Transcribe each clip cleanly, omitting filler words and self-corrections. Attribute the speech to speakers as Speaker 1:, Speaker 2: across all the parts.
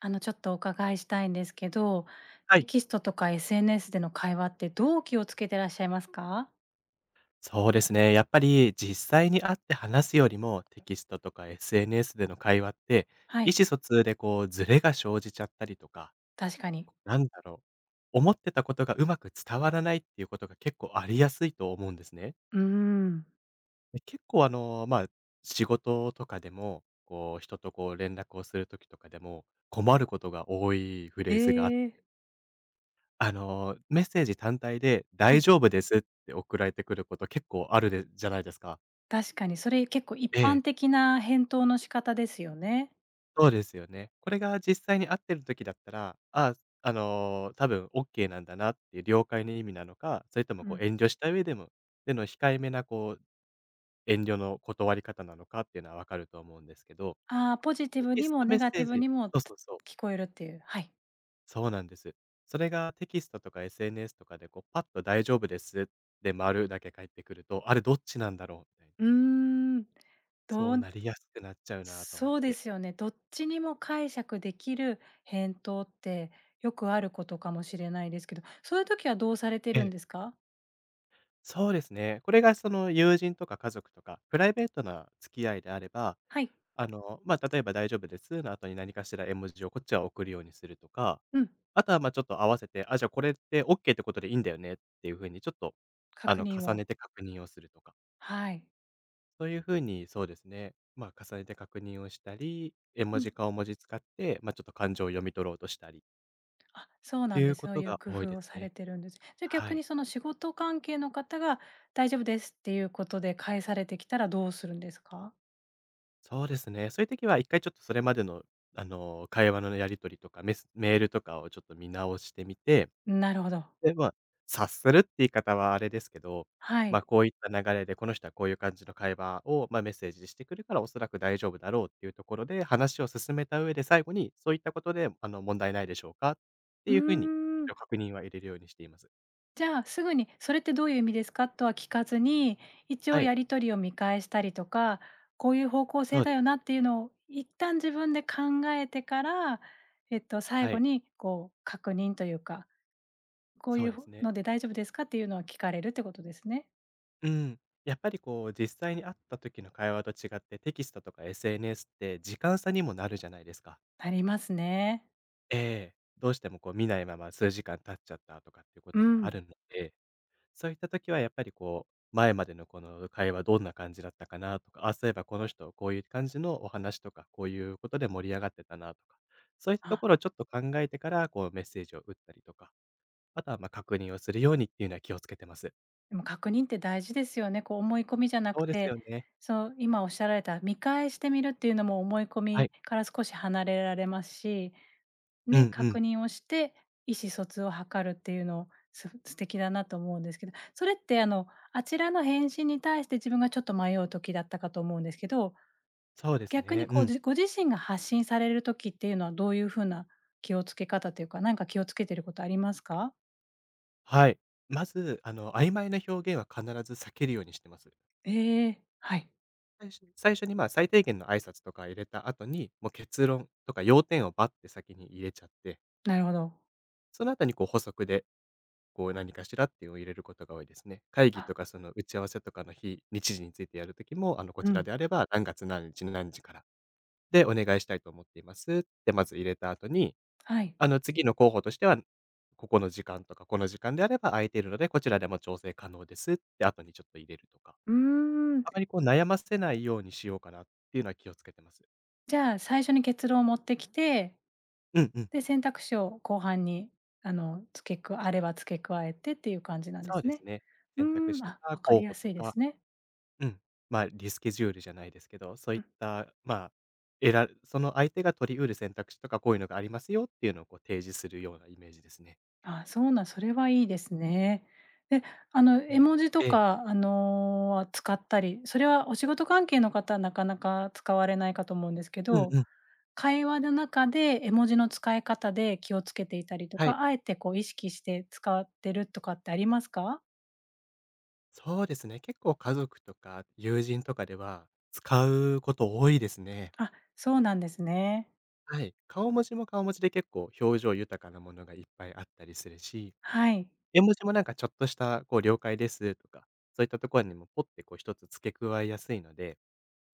Speaker 1: ちょっとお伺いしたいんですけど、
Speaker 2: は
Speaker 1: テ
Speaker 2: い。
Speaker 1: キストとか SNS での会話ってどう気をつけてらっしゃいますか？
Speaker 2: そうですね。やっぱり実際に会って話すよりも、テキストとか SNS での会話って、
Speaker 1: は
Speaker 2: 意
Speaker 1: い、
Speaker 2: 思疎通でこう、ズレが生じちゃったりとか、
Speaker 1: 確かに。
Speaker 2: なんだろ思ってたことがうまく伝わらないっていうことが結構ありやすいと思うんですね。
Speaker 1: うーん。
Speaker 2: で結構まあ、仕事とかでも、こう、人とこう、連絡をする時とかでも、困ることが多いフレ
Speaker 1: え
Speaker 2: ーズがあって
Speaker 1: え。
Speaker 2: メッセージ単体で、
Speaker 1: は
Speaker 2: 大
Speaker 1: い、
Speaker 2: 丈夫ですって送られてくること結構あるでじゃないですか。
Speaker 1: 確かにそれ結構一
Speaker 2: え
Speaker 1: 般
Speaker 2: え。
Speaker 1: 的な返答の仕方ですよね。
Speaker 2: そうですよね。これが実際に会ってる時だったら、多分オッケーなんだなっていう了解の意味なのか、それとも
Speaker 1: う
Speaker 2: こう
Speaker 1: ん。
Speaker 2: 遠慮した上でもでの控えめなこう遠慮の断り方なのかっていうのはわかると思うんですけど、
Speaker 1: ああ、ポジティ
Speaker 2: テ
Speaker 1: ブ
Speaker 2: キ
Speaker 1: に
Speaker 2: ス
Speaker 1: も
Speaker 2: トメ
Speaker 1: ネ
Speaker 2: ッセ
Speaker 1: ガテ
Speaker 2: ー
Speaker 1: ィブ
Speaker 2: ジ、
Speaker 1: にも、
Speaker 2: そうそ
Speaker 1: つ
Speaker 2: うそう、
Speaker 1: 聞こえるっていう、はい。
Speaker 2: そうなんです。それがテキストとか SNS とかでこうパッと「大丈夫です」で丸だけ返ってくると、あれどっちなんだろうみたいな。
Speaker 1: うーん。
Speaker 2: そ
Speaker 1: ど
Speaker 2: う
Speaker 1: ん
Speaker 2: なりやすくなっちゃうなと思っ
Speaker 1: そうで
Speaker 2: て。
Speaker 1: すよね。どっちにも解釈できる返答って、よくあることかもしれないですけど、そういう時はどうされてるんですか？
Speaker 2: そうですね。これがその友人とか家族とか、プライベートな付き合いであれば、
Speaker 1: はい、
Speaker 2: まあ、例えば大丈夫ですの後に何かしら絵文字をこっちは送るようにするとか、
Speaker 1: うん、
Speaker 2: あとはまあちょっと合わせて、あ、じゃあこれって OK ってことでいいんだよねっていうふうにちょっと
Speaker 1: 確認
Speaker 2: 重ね
Speaker 1: を、
Speaker 2: て確認をするとか、
Speaker 1: はい、
Speaker 2: そういうふうにそうですね、まあ重ねて確認をしたり、絵
Speaker 1: う
Speaker 2: 文字
Speaker 1: ん。
Speaker 2: 顔文字使って、まあちょっと感情を読み取ろうとしたり
Speaker 1: あ、
Speaker 2: っ
Speaker 1: そう
Speaker 2: て
Speaker 1: な
Speaker 2: い
Speaker 1: んで
Speaker 2: う
Speaker 1: す。
Speaker 2: こ
Speaker 1: そう
Speaker 2: と
Speaker 1: いう
Speaker 2: が
Speaker 1: 工
Speaker 2: 多い
Speaker 1: 夫
Speaker 2: で
Speaker 1: を
Speaker 2: す
Speaker 1: され
Speaker 2: ね。
Speaker 1: てるんです。じゃ、
Speaker 2: は
Speaker 1: 逆
Speaker 2: い。
Speaker 1: にその仕事関係の方が「大丈夫です」っていうことで返されてきたらどうするんですか？
Speaker 2: そうですね。そういう時は一回ちょっとそれまでの、会話のやり取りとか、メスメールとかをちょっと見直してみて、
Speaker 1: なるほど。
Speaker 2: で、まあ、察するって言い方はあれですけど、
Speaker 1: は
Speaker 2: ま
Speaker 1: い。
Speaker 2: あ、こういった流れで、この人はこういう感じの会話を、まあ、メッセージしてくるからおそらく大丈夫だろうっていうところで、話を進めた上で最後に、そういったことで、問題ないでしょうかって
Speaker 1: う
Speaker 2: いうふうに、
Speaker 1: ー
Speaker 2: 一
Speaker 1: ん。
Speaker 2: 応確認は入れるようにしています。
Speaker 1: じゃあ、すぐに「それってどういう意味ですか？」とは聞かずに、一
Speaker 2: は
Speaker 1: 応
Speaker 2: い、
Speaker 1: やり取りを見返したりとか、こういう方向
Speaker 2: そ
Speaker 1: 性
Speaker 2: う
Speaker 1: だ
Speaker 2: です
Speaker 1: よ
Speaker 2: ね。
Speaker 1: なっていうのを一旦自分で考えてから、最
Speaker 2: は
Speaker 1: 後
Speaker 2: い、
Speaker 1: にこう確認というか、こう
Speaker 2: そ
Speaker 1: い
Speaker 2: う
Speaker 1: う
Speaker 2: ですね。
Speaker 1: ので大丈夫ですかっていうのは聞かれるってことですね。
Speaker 2: うん。やっぱりこう、実際に会った時の会話と違って、テキストとか SNS って時間差にもなるじゃないですか。
Speaker 1: なりますね。
Speaker 2: ええ。どうしてもこう見ないまま数時間経っちゃったとかっていうこ
Speaker 1: う
Speaker 2: ともあ
Speaker 1: ん。
Speaker 2: るので、そういった時はやっぱりこう、前までのこの会話どんな感じだったかなとか、あ、そういえばこの人こういう感じのお話とか、こういうことで盛り上がってたなとか、そういったと
Speaker 1: あ、
Speaker 2: ころをちょっと考えてから、こうメッセージを打ったりとか、あとはま、確認をするようにっていうのは気をつけてます。
Speaker 1: でも確認って大事ですよね。こう思い込みじゃなく
Speaker 2: そうです
Speaker 1: て、
Speaker 2: よね。
Speaker 1: そう、今おっしゃられた見返してみるっていうのも思い込
Speaker 2: はい。
Speaker 1: みから少し離れられますし
Speaker 2: う
Speaker 1: ね、
Speaker 2: んう
Speaker 1: 確
Speaker 2: ん。
Speaker 1: 認をして、意思疎通を図るっていうの、す素敵だなと思うんですけど、それってあの、あちらの返信に対して自分がちょっと迷う時だったかと思うんですけど、
Speaker 2: そうです
Speaker 1: 逆
Speaker 2: ね。
Speaker 1: に
Speaker 2: う
Speaker 1: こう、
Speaker 2: ん。
Speaker 1: じご自身が発信される時っていうのはどういうふうな気を付け方というか、なんか気をつけてることありますか？
Speaker 2: はい。まず、曖昧な表現は必ず避けるようにしてます。
Speaker 1: ええ、はい、
Speaker 2: 最初に、まあ、最低限の挨拶とか入れた後に、もう結論とか要点をバッて先に入れちゃって、
Speaker 1: なるほど。
Speaker 2: その後にこう補足で、こう何かしらっていうのを入れることが多いですね。会議と
Speaker 1: あ、
Speaker 2: かその打ち合わせとかの日、日時についてやるときも、こ
Speaker 1: う
Speaker 2: ちら
Speaker 1: ん、
Speaker 2: であれば何月何日の何時からでお願いしたいと思っていますってまず入れた後に、
Speaker 1: はい。
Speaker 2: 次の候補としては、ここの時間とか、この時間であれば空いているので、こちらでも調整可能ですって後にちょっと入れるとか、
Speaker 1: うーん、
Speaker 2: あまりこう悩ませないようにしようかなっていうのは気をつけてます。
Speaker 1: じゃあ、最初に結論を持ってきて
Speaker 2: うんうん。
Speaker 1: で、選択肢を後半に、付け加あれば付け加えてっていう感じなんで
Speaker 2: そう
Speaker 1: す
Speaker 2: で
Speaker 1: ね。
Speaker 2: すね。
Speaker 1: う
Speaker 2: 選択
Speaker 1: ー
Speaker 2: 肢
Speaker 1: ん、
Speaker 2: と
Speaker 1: あ、
Speaker 2: か
Speaker 1: 分か
Speaker 2: 候
Speaker 1: りや
Speaker 2: 補
Speaker 1: す
Speaker 2: と
Speaker 1: いで
Speaker 2: か、
Speaker 1: すね。
Speaker 2: うん、まあ、リスケジュールじゃないですけど、そうい
Speaker 1: う
Speaker 2: っ
Speaker 1: ん。
Speaker 2: た、まあ、その相手が取り得る選択肢とか、こういうのがありますよっていうのをこう提示するようなイメージですね。
Speaker 1: あ、そうなんそれはいいですね。で、あの、絵
Speaker 2: ね。
Speaker 1: 文字と
Speaker 2: ええ。
Speaker 1: か、は使ったり、それはお仕事関係の方はなかなか使われないかと思うんですけ
Speaker 2: うん
Speaker 1: ど、
Speaker 2: うん。
Speaker 1: 会話の中で絵文字の使い方で気をつけていたりと
Speaker 2: はい。
Speaker 1: か、あえてこう意識して使ってるとかってありますか？
Speaker 2: そうですね、結構家族とか友人とかでは、使うこと多いですね。
Speaker 1: あ、そうなんですね。
Speaker 2: はい。顔文字も顔文字で結構表情豊かなものがいっぱいあったりするし、
Speaker 1: はい、
Speaker 2: 絵文字もなんかちょっとしたこう「了解です」とか、そういったところにもポッてこう一つ付け加えやすいので、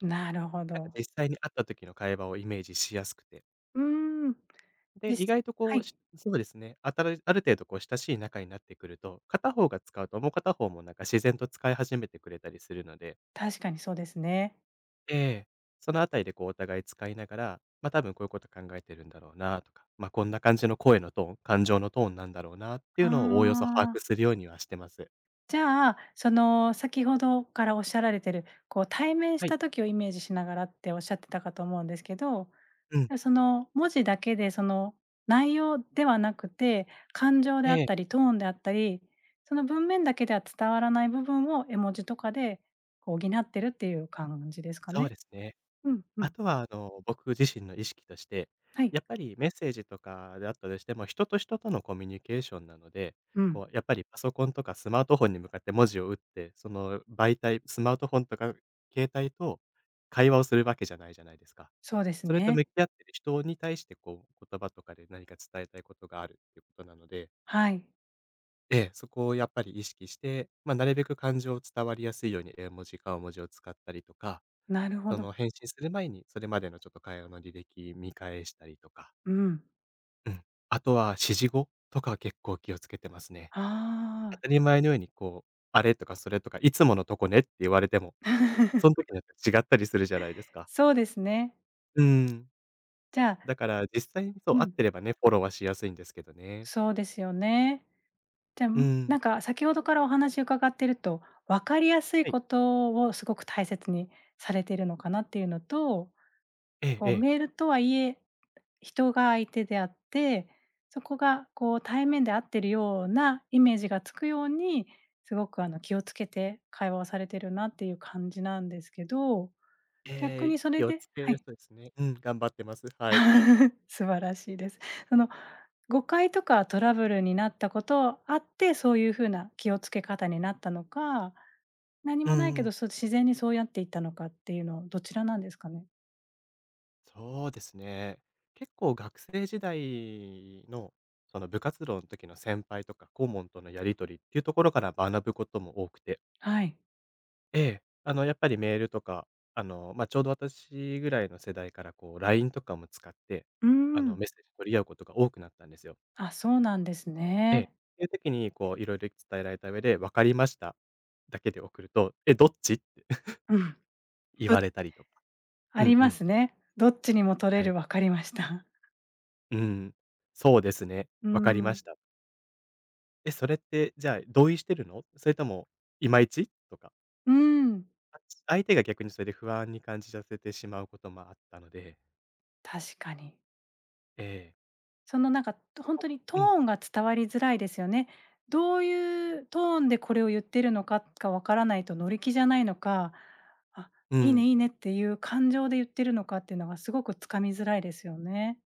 Speaker 1: なるほ
Speaker 2: なんか
Speaker 1: ど。
Speaker 2: 実際に会った時の会話をイメージしやすくて、
Speaker 1: うーん。
Speaker 2: で、
Speaker 1: で
Speaker 2: 意
Speaker 1: す。
Speaker 2: 外とこ
Speaker 1: は
Speaker 2: う、
Speaker 1: い。
Speaker 2: し、そうですね、あたるある程度こう親しい仲になってくると、片方が使うともう片方もなんか自然と使い始めてくれたりするので、
Speaker 1: 確かにそうですね。
Speaker 2: ええ。そのあたりでこうお互い使いながら、ま、多分こういうこと考えてるんだろうなとか、ま、こんな感じの声のトーン、感情のトーンなんだろうなってい
Speaker 1: あ
Speaker 2: うのをおおよそ把握す
Speaker 1: あ。
Speaker 2: るようにはしてます。
Speaker 1: じゃあ、その、先ほどからおっしゃられてる、こう、対面し
Speaker 2: はい。
Speaker 1: た時をイメージしながらっておっしゃってたかと思うんですけど、
Speaker 2: うん。
Speaker 1: その、文字だけで、その、内容ではなくて、感情であ
Speaker 2: え
Speaker 1: っ
Speaker 2: え、
Speaker 1: たり、トーンであったり、その文面だけでは伝わらない部分を絵文字とかで、こう、補ってるっていう感じですか
Speaker 2: そう
Speaker 1: ね？
Speaker 2: ですね。
Speaker 1: うんう
Speaker 2: あ
Speaker 1: ん。
Speaker 2: とは、僕自身の意識として、
Speaker 1: は
Speaker 2: や
Speaker 1: い。
Speaker 2: っぱりメッセージとかであったとしても、人と人とのコミュニケーションなので、
Speaker 1: うん。
Speaker 2: こう、やっぱりパソコンとかスマートフォンに向かって文字を打って、その媒体、スマートフォンとか携帯と会話をするわけじゃないじゃないですか。
Speaker 1: そうです
Speaker 2: それと
Speaker 1: ね。
Speaker 2: 向き合ってる人に対して、こう、言葉とかで何か伝えたいことがあるっていうことなので、
Speaker 1: はい。
Speaker 2: ええ、そこをやっぱり意識して、まあ、なるべく感情を伝わりやすいように絵文字、顔文字を使ったりとか、
Speaker 1: なるほ
Speaker 2: そ
Speaker 1: ど。
Speaker 2: の返信する前に、それまでのちょっと会話の履歴見返したりとか、
Speaker 1: うん。
Speaker 2: うん。あとは指示語とかは結構気をつけてますね。当
Speaker 1: ああ、
Speaker 2: たり前のようにこう、あれとかそれとか、いつものとこねって言われても、その時によって違ったりするじゃないですか。
Speaker 1: そうですね。
Speaker 2: うん。
Speaker 1: じゃあ
Speaker 2: だから実際にそう、
Speaker 1: う
Speaker 2: 合っ
Speaker 1: ん、
Speaker 2: てればね、フォローはしやすいんですけどね。
Speaker 1: そうですよね。じゃあ、
Speaker 2: う
Speaker 1: ん、
Speaker 2: ん。
Speaker 1: なんか先ほどからお話伺ってると、分かりやすい
Speaker 2: はい。
Speaker 1: ことをすごく大切にされてるのかなっていうのと、
Speaker 2: ええ
Speaker 1: こ
Speaker 2: え
Speaker 1: う
Speaker 2: え。
Speaker 1: メールとはいえ、人が相手であって、そこがこう対面で会ってるようなイメージがつくように、すごく気をつけて会話をされてるなっていう感じなんですけど、逆
Speaker 2: ええ、
Speaker 1: にそ
Speaker 2: 気
Speaker 1: れ
Speaker 2: を
Speaker 1: で
Speaker 2: つ
Speaker 1: は
Speaker 2: け
Speaker 1: い。
Speaker 2: そうですね。うん、頑張ってます。はい。
Speaker 1: 素晴らしいです。その、誤解とかトラブルになったことあって、そういう風な気をつけ方になったのか、何
Speaker 2: う
Speaker 1: もない
Speaker 2: ん
Speaker 1: け
Speaker 2: うん。
Speaker 1: ど、そう自然にそうやっていったのかっていうの、どちらなんですかね？
Speaker 2: そうですね。結構学生時代の、その部活動の時の先輩とか顧問とのやり取りっていうところから学ぶことも多くて。
Speaker 1: はい。
Speaker 2: ええ。やっぱりメールとか、まあ、ちょうど私ぐらいの世代からこう LINE とかも使って、
Speaker 1: うーん。
Speaker 2: メッセージ取り合うことが多くなったんですよ。
Speaker 1: あ、そうなんです
Speaker 2: ええ。っ
Speaker 1: ね。
Speaker 2: ていう時にこういろいろ伝えられた上で、「わかりました」だけで送ると、「え、どっち？」って
Speaker 1: うん。
Speaker 2: 言
Speaker 1: ど
Speaker 2: われたりとか。
Speaker 1: あ
Speaker 2: うん
Speaker 1: り
Speaker 2: う
Speaker 1: ま
Speaker 2: ん。
Speaker 1: すね。どっちにも取れ
Speaker 2: はい。
Speaker 1: る、分かりました。
Speaker 2: うん。「そうですね。
Speaker 1: う
Speaker 2: わかりま
Speaker 1: ん。
Speaker 2: した」え、それって、じゃあ、同意してるの？それとも、いまいち？とか、
Speaker 1: うん、
Speaker 2: あ、相手が逆にそれで不安に感じさせてしまうこともあったので、
Speaker 1: 確かに。
Speaker 2: ええ、
Speaker 1: そのなんか、
Speaker 2: そ
Speaker 1: 本
Speaker 2: こ、
Speaker 1: 当にト
Speaker 2: うん
Speaker 1: ーンが伝わりづらいですよね。どういうトーンでこれを言ってるのかがわからないと乗り気じゃないのか、あ、
Speaker 2: うん、う
Speaker 1: いい
Speaker 2: ん、
Speaker 1: ねいいねっていう感情で言ってるのかっていうのがすごくつかみづらいですよね。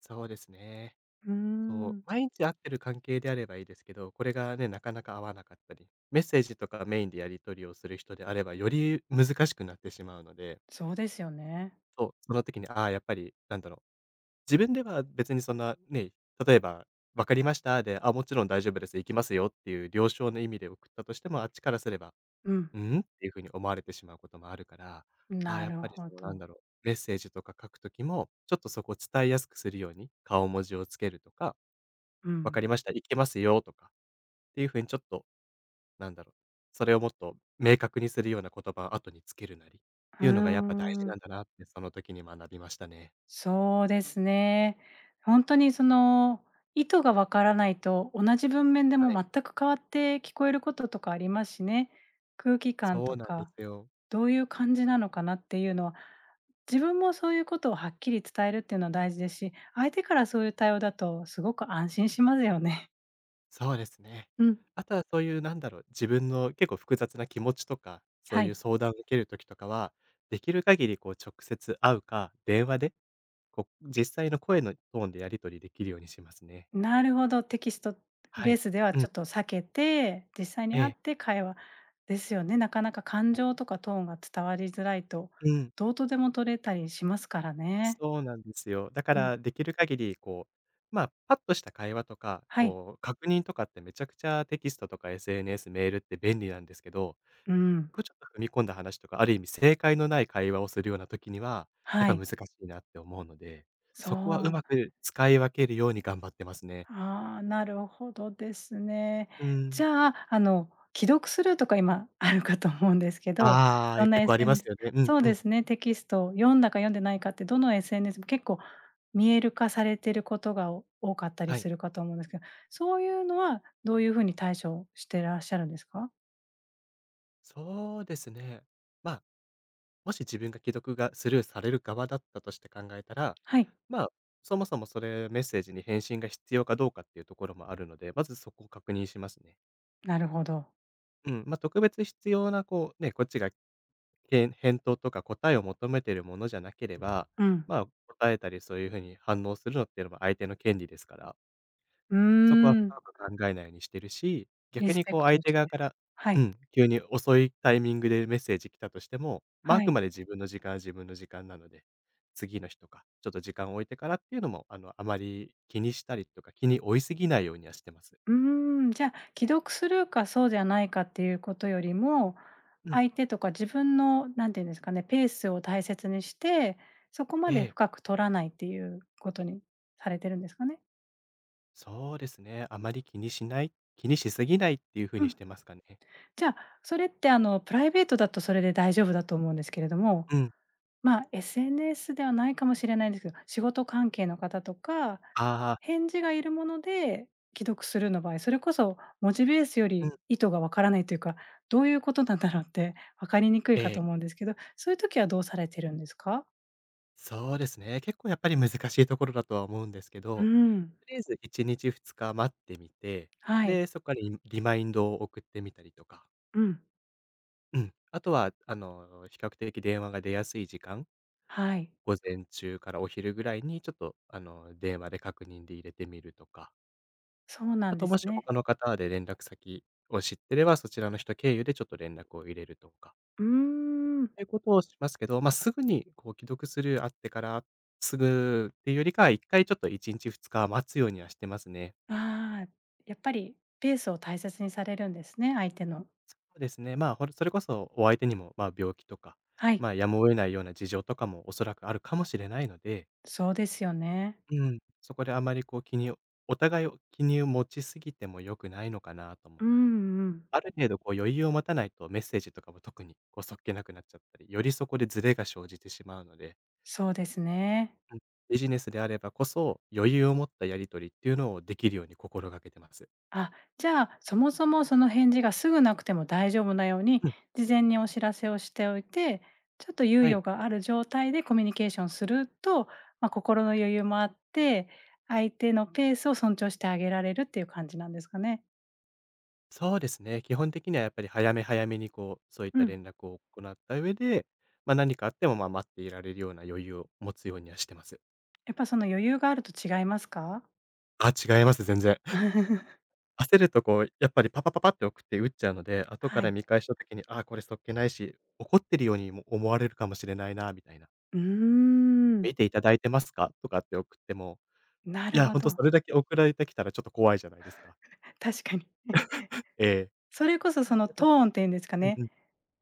Speaker 2: そうですね。
Speaker 1: うー
Speaker 2: そう、
Speaker 1: ん。
Speaker 2: 毎日会ってる関係であればいいですけど、これがね、なかなか合わなかったり、メッセージとかメインでやり取りをする人であれば、より難しくなってしまうので、
Speaker 1: そうですよね。
Speaker 2: そう、その時に、ああ、やっぱり、自分では別にそんなね、例えば「分かりました」で「あ、もちろん大丈夫です。行きますよ」っていう了承の意味で送ったとしても、あっちからすれば
Speaker 1: うん、
Speaker 2: 「うん？」っていう風に思われてしまうこともあるから、あ、
Speaker 1: な
Speaker 2: やっ
Speaker 1: る
Speaker 2: ぱり
Speaker 1: ほ
Speaker 2: その
Speaker 1: ど。
Speaker 2: メッセージとか書くときも、ちょっとそこを伝えやすくするように、顔文字をつけるとか、
Speaker 1: う
Speaker 2: 「分か
Speaker 1: ん。
Speaker 2: りました、行けますよ」とかっていう風にちょっとなんだろう、それをもっと明確にするような言葉を後につけるなりっ
Speaker 1: う
Speaker 2: て
Speaker 1: ー
Speaker 2: いうのがやっぱ大事な
Speaker 1: ん。
Speaker 2: んだなってその時に学びましたね。
Speaker 1: そうですね。本当にその、意図がわからないと、同じ文面で
Speaker 2: は
Speaker 1: も
Speaker 2: い、
Speaker 1: 全く変わって聞こえることとかありますしね。空気感
Speaker 2: そ
Speaker 1: と
Speaker 2: うなんで
Speaker 1: か、
Speaker 2: すよ。
Speaker 1: どういう感じなのかなっていうのは、自分もそういうことをはっきり伝えるっていうのは大事ですし、相手からそういう対応だとすごく安心しますよね。
Speaker 2: そうですね。
Speaker 1: うん、
Speaker 2: あとはそういう自分の結構複雑な気持ちとか、そう
Speaker 1: は
Speaker 2: いう
Speaker 1: い。
Speaker 2: 相談を受ける時とかは、できる限りこう直接会うか、電話で、こう実際の声のトーンでやり取りできるようにしますね。
Speaker 1: なるほど、テキスト
Speaker 2: は
Speaker 1: ベー
Speaker 2: い。
Speaker 1: スでは
Speaker 2: う
Speaker 1: ち
Speaker 2: ん。
Speaker 1: ょっと避けて、実際
Speaker 2: え
Speaker 1: に会っ
Speaker 2: え。
Speaker 1: て会話ですよね。なかなか感情とかトーンが伝わりづらいと、
Speaker 2: うん。
Speaker 1: どうとでも取れたりしますからね。
Speaker 2: そうなんですよ。だか
Speaker 1: うん、
Speaker 2: らできる限りこう、まあ、パッとした会話とか、
Speaker 1: はい、
Speaker 2: こう確認とかってめちゃくちゃテキストとか SNS、メールって便利なんですけど、
Speaker 1: うん、
Speaker 2: こうちょっと踏み込んだ話とか、ある意味正解のない会話をするような時には、やっ
Speaker 1: は
Speaker 2: ぱ
Speaker 1: い、
Speaker 2: 難しいなって思うので、
Speaker 1: そ
Speaker 2: そこはう
Speaker 1: う
Speaker 2: まく使い分けるように頑張ってますね。
Speaker 1: ああ、なるほどですね。
Speaker 2: う
Speaker 1: じ
Speaker 2: ん。
Speaker 1: ゃあ、既読スルーとか今あるかと思うんですけど、い
Speaker 2: ああ、
Speaker 1: ろんな
Speaker 2: 結構あ
Speaker 1: s
Speaker 2: りま
Speaker 1: n
Speaker 2: すよね。うん
Speaker 1: そう
Speaker 2: う
Speaker 1: で
Speaker 2: ん。
Speaker 1: すね、テキストを読んだか読んでないかってどの SNS も結構見える化されてることがお多かったり
Speaker 2: はい。
Speaker 1: するかと思うんですけど、そういうのはどういうふうに対処してらっしゃるんですか？
Speaker 2: そうですね。まあ、もし自分が既読がスルーされる側だったとして考えたら、
Speaker 1: はい、
Speaker 2: まあ、そもそもそれメッセージに返信が必要かどうかっていうところもあるので、まずそこを確認しますね。
Speaker 1: なるほど。
Speaker 2: うん、まあ、特別必要なこうね、こっちが、けん返答とか答えを求めてるものじゃなければ、
Speaker 1: うん。
Speaker 2: まあ、答えたりそういう風に反応するのっていうのも相手の権利ですから、
Speaker 1: うー
Speaker 2: そこは
Speaker 1: ん、
Speaker 2: 深く考えないようにしてるし、
Speaker 1: リ
Speaker 2: 逆
Speaker 1: ス
Speaker 2: に
Speaker 1: ペ
Speaker 2: こう
Speaker 1: クト
Speaker 2: 相
Speaker 1: を
Speaker 2: 手
Speaker 1: し
Speaker 2: 側
Speaker 1: て。
Speaker 2: から
Speaker 1: は
Speaker 2: う
Speaker 1: い、
Speaker 2: ん、急に遅いタイミングでメッセージ来たとしても、まあ、あ
Speaker 1: は
Speaker 2: く
Speaker 1: い。
Speaker 2: まで自分の時間は自分の時間なので、次の日とか、ちょっと時間を置いてからっていうのも、あの、あまり気にしたりとか、気に追いすぎないようにはしてます。
Speaker 1: うーん、じゃあ、既読するかそうじゃないかっていうことよりも、
Speaker 2: うん、
Speaker 1: 相手とか自分のなんて言うんですかね、ペースを大切にして、そこ
Speaker 2: え
Speaker 1: まで
Speaker 2: え。
Speaker 1: 深く取らないっていうことにされてるんですかね？
Speaker 2: そうですね。あまり気にしない気にしすぎないっていう風
Speaker 1: う
Speaker 2: にし
Speaker 1: ん。
Speaker 2: てますかね。
Speaker 1: じゃあ、それってあの、プライベートだとそれで大丈夫だと思うんですけれども
Speaker 2: うん。
Speaker 1: まあ、SNS ではないかもしれないんですけど、仕事関係の方とか、
Speaker 2: ああ、
Speaker 1: 返事がいるもので既読するの場合、それこそ文字ベースよ
Speaker 2: うん、
Speaker 1: り意図がわからないというか、どういうことなんだろうって分かりにくい
Speaker 2: え
Speaker 1: かと
Speaker 2: え、
Speaker 1: 思うんですけど、そういう時はどうされてるんですか？
Speaker 2: そうですね。結構やっぱり難しいところだとは思うんですけ
Speaker 1: うー
Speaker 2: ど、
Speaker 1: ん、
Speaker 2: とりあえず1日2日待ってみて、
Speaker 1: はい、
Speaker 2: で、そこからリリマインドを送ってみたりとか、
Speaker 1: うん、
Speaker 2: うん。あとは、あの、比較的電話が出やすい時間、
Speaker 1: はい、
Speaker 2: 午前中からお昼ぐらいにちょっと、あの、電話で確認で入れてみるとか、
Speaker 1: そうな
Speaker 2: あ
Speaker 1: んで
Speaker 2: とも
Speaker 1: す
Speaker 2: し
Speaker 1: ね。
Speaker 2: 他の方で連絡先を知ってれば、そちらの人経由でちょっと連絡を入れるとか。
Speaker 1: うーん、
Speaker 2: いうことをしますけど、まあ、すぐにこう既読スルーあってからすぐっていうよりかは、1回ちょっと1日2日待つようにはしてますね。
Speaker 1: ああ、やっぱりペースを大切にされるんですね、相手の。
Speaker 2: そうですね、まあ、ほれそれこそお相手にも、まあ、病気とか、
Speaker 1: はい、
Speaker 2: まあ、やむを得ないような事情とかもおそらくあるかもしれないので、
Speaker 1: そうですよね。
Speaker 2: うん、そこであまりこう気にお互いを気に持ちすぎても良くないのかなと
Speaker 1: う
Speaker 2: も。
Speaker 1: んうん、
Speaker 2: ある程度こう余裕を持たないとメッセージとかも特にこうそっけなくなっちゃったり、よりそこでズレが生じてしまうので。
Speaker 1: そうですね。
Speaker 2: うん、ビジネスであればこそ、余裕を持ったやり取りっていうのをできるように心がけてます。
Speaker 1: あ、じゃあ、そもそもその返事がすぐなくても大丈夫なように、
Speaker 2: うん、
Speaker 1: 事前にお知らせをしておいて、ちょっと猶
Speaker 2: はい。
Speaker 1: 予がある状態でコミュニケーションすると、まあ、心の余裕もあって、相手のペースを尊重してあげられるっていう感じなんですかね。
Speaker 2: そうですね。基本的にはやっぱり早め早めにこう、そういっ
Speaker 1: う
Speaker 2: た
Speaker 1: ん。
Speaker 2: 連絡を行った上で、ま、何かあっても、ま、待っていられるような余裕を持つようにはしてます。
Speaker 1: やっぱその余裕があると違いますか？
Speaker 2: あ、違います、全然。焦るとこう、やっぱりパパパパって送って打っちゃうので、後か
Speaker 1: は
Speaker 2: ら
Speaker 1: い。
Speaker 2: 見返した時に、ああ、これそっけないし、怒ってるようにも思われるかもしれないなみたいな。
Speaker 1: うーん、
Speaker 2: 見ていただいてますか？とかって送っても、
Speaker 1: な
Speaker 2: い
Speaker 1: る
Speaker 2: や、
Speaker 1: ほ
Speaker 2: ほんとそ
Speaker 1: ど。
Speaker 2: れだけ送られてきたらちょっと怖いじゃないですか。
Speaker 1: 確かに。
Speaker 2: ええ。
Speaker 1: それこそそ の
Speaker 2: また
Speaker 1: トーンっていうんですか
Speaker 2: うん
Speaker 1: ね。
Speaker 2: うん。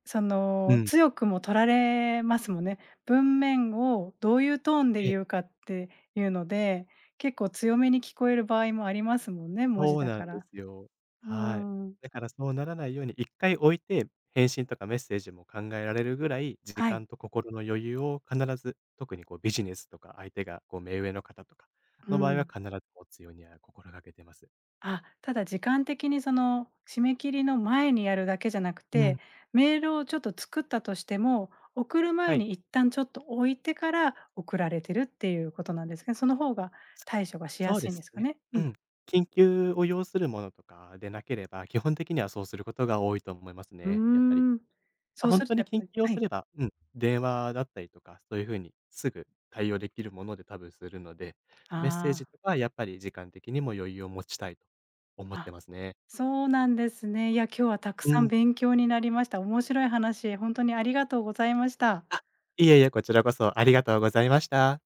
Speaker 1: そ
Speaker 2: う
Speaker 1: の、
Speaker 2: ん。
Speaker 1: 強くも取られますもんね。文面をどういうトーンで
Speaker 2: ええ、
Speaker 1: 言うかっていうので、結構強めに聞こえる場合もありますもんね、文
Speaker 2: そ
Speaker 1: 字
Speaker 2: う
Speaker 1: だ
Speaker 2: な
Speaker 1: か
Speaker 2: んで
Speaker 1: ら。
Speaker 2: すよ。
Speaker 1: う
Speaker 2: はい。
Speaker 1: ーん。
Speaker 2: だからそうならないように一回置いて、返信とかメッセージも考えられるぐらい、時
Speaker 1: はい。
Speaker 2: 間と心の余裕を必ず、特にこうビジネスとか相手がこう目上の方とか
Speaker 1: う
Speaker 2: の場合は
Speaker 1: ん。
Speaker 2: 必ず持つようには心がけてます。
Speaker 1: あ、ただ時間的にその、締め切りの前にやるだけじゃなく
Speaker 2: うん。
Speaker 1: て、メールをちょっと作ったとしても、送る
Speaker 2: は
Speaker 1: 前
Speaker 2: い。
Speaker 1: に一旦ちょっと置いてから送られてるっていうことなんですね。その方が
Speaker 2: そ
Speaker 1: 対処がしや
Speaker 2: そう
Speaker 1: す
Speaker 2: で
Speaker 1: いんで
Speaker 2: す
Speaker 1: すか
Speaker 2: ね。
Speaker 1: ね？
Speaker 2: う
Speaker 1: うん。
Speaker 2: ん。緊急を要するものとかでなければ、基本的にはそうすることが多いと思います
Speaker 1: うー
Speaker 2: ね、やっぱり。
Speaker 1: ん。そ
Speaker 2: ま、
Speaker 1: う
Speaker 2: ほ
Speaker 1: す
Speaker 2: ん
Speaker 1: る
Speaker 2: と
Speaker 1: と
Speaker 2: に
Speaker 1: やっぱ
Speaker 2: 緊
Speaker 1: り
Speaker 2: 急を
Speaker 1: は
Speaker 2: す
Speaker 1: い。
Speaker 2: れば、うん、電話だったりとか、そういう風にすぐ対応できるもので多分するので、メッセージ
Speaker 1: あ
Speaker 2: とかはやっぱり時間的にも余裕を持ちたいと思
Speaker 1: あ、
Speaker 2: って
Speaker 1: あ、
Speaker 2: ますね。
Speaker 1: そうなんですね。いや、今日はたく
Speaker 2: う
Speaker 1: さん
Speaker 2: ん。
Speaker 1: 勉強になりました。面白い話、本当にありがとうございました。
Speaker 2: あ、いえいえ、こちらこそありがとうございました。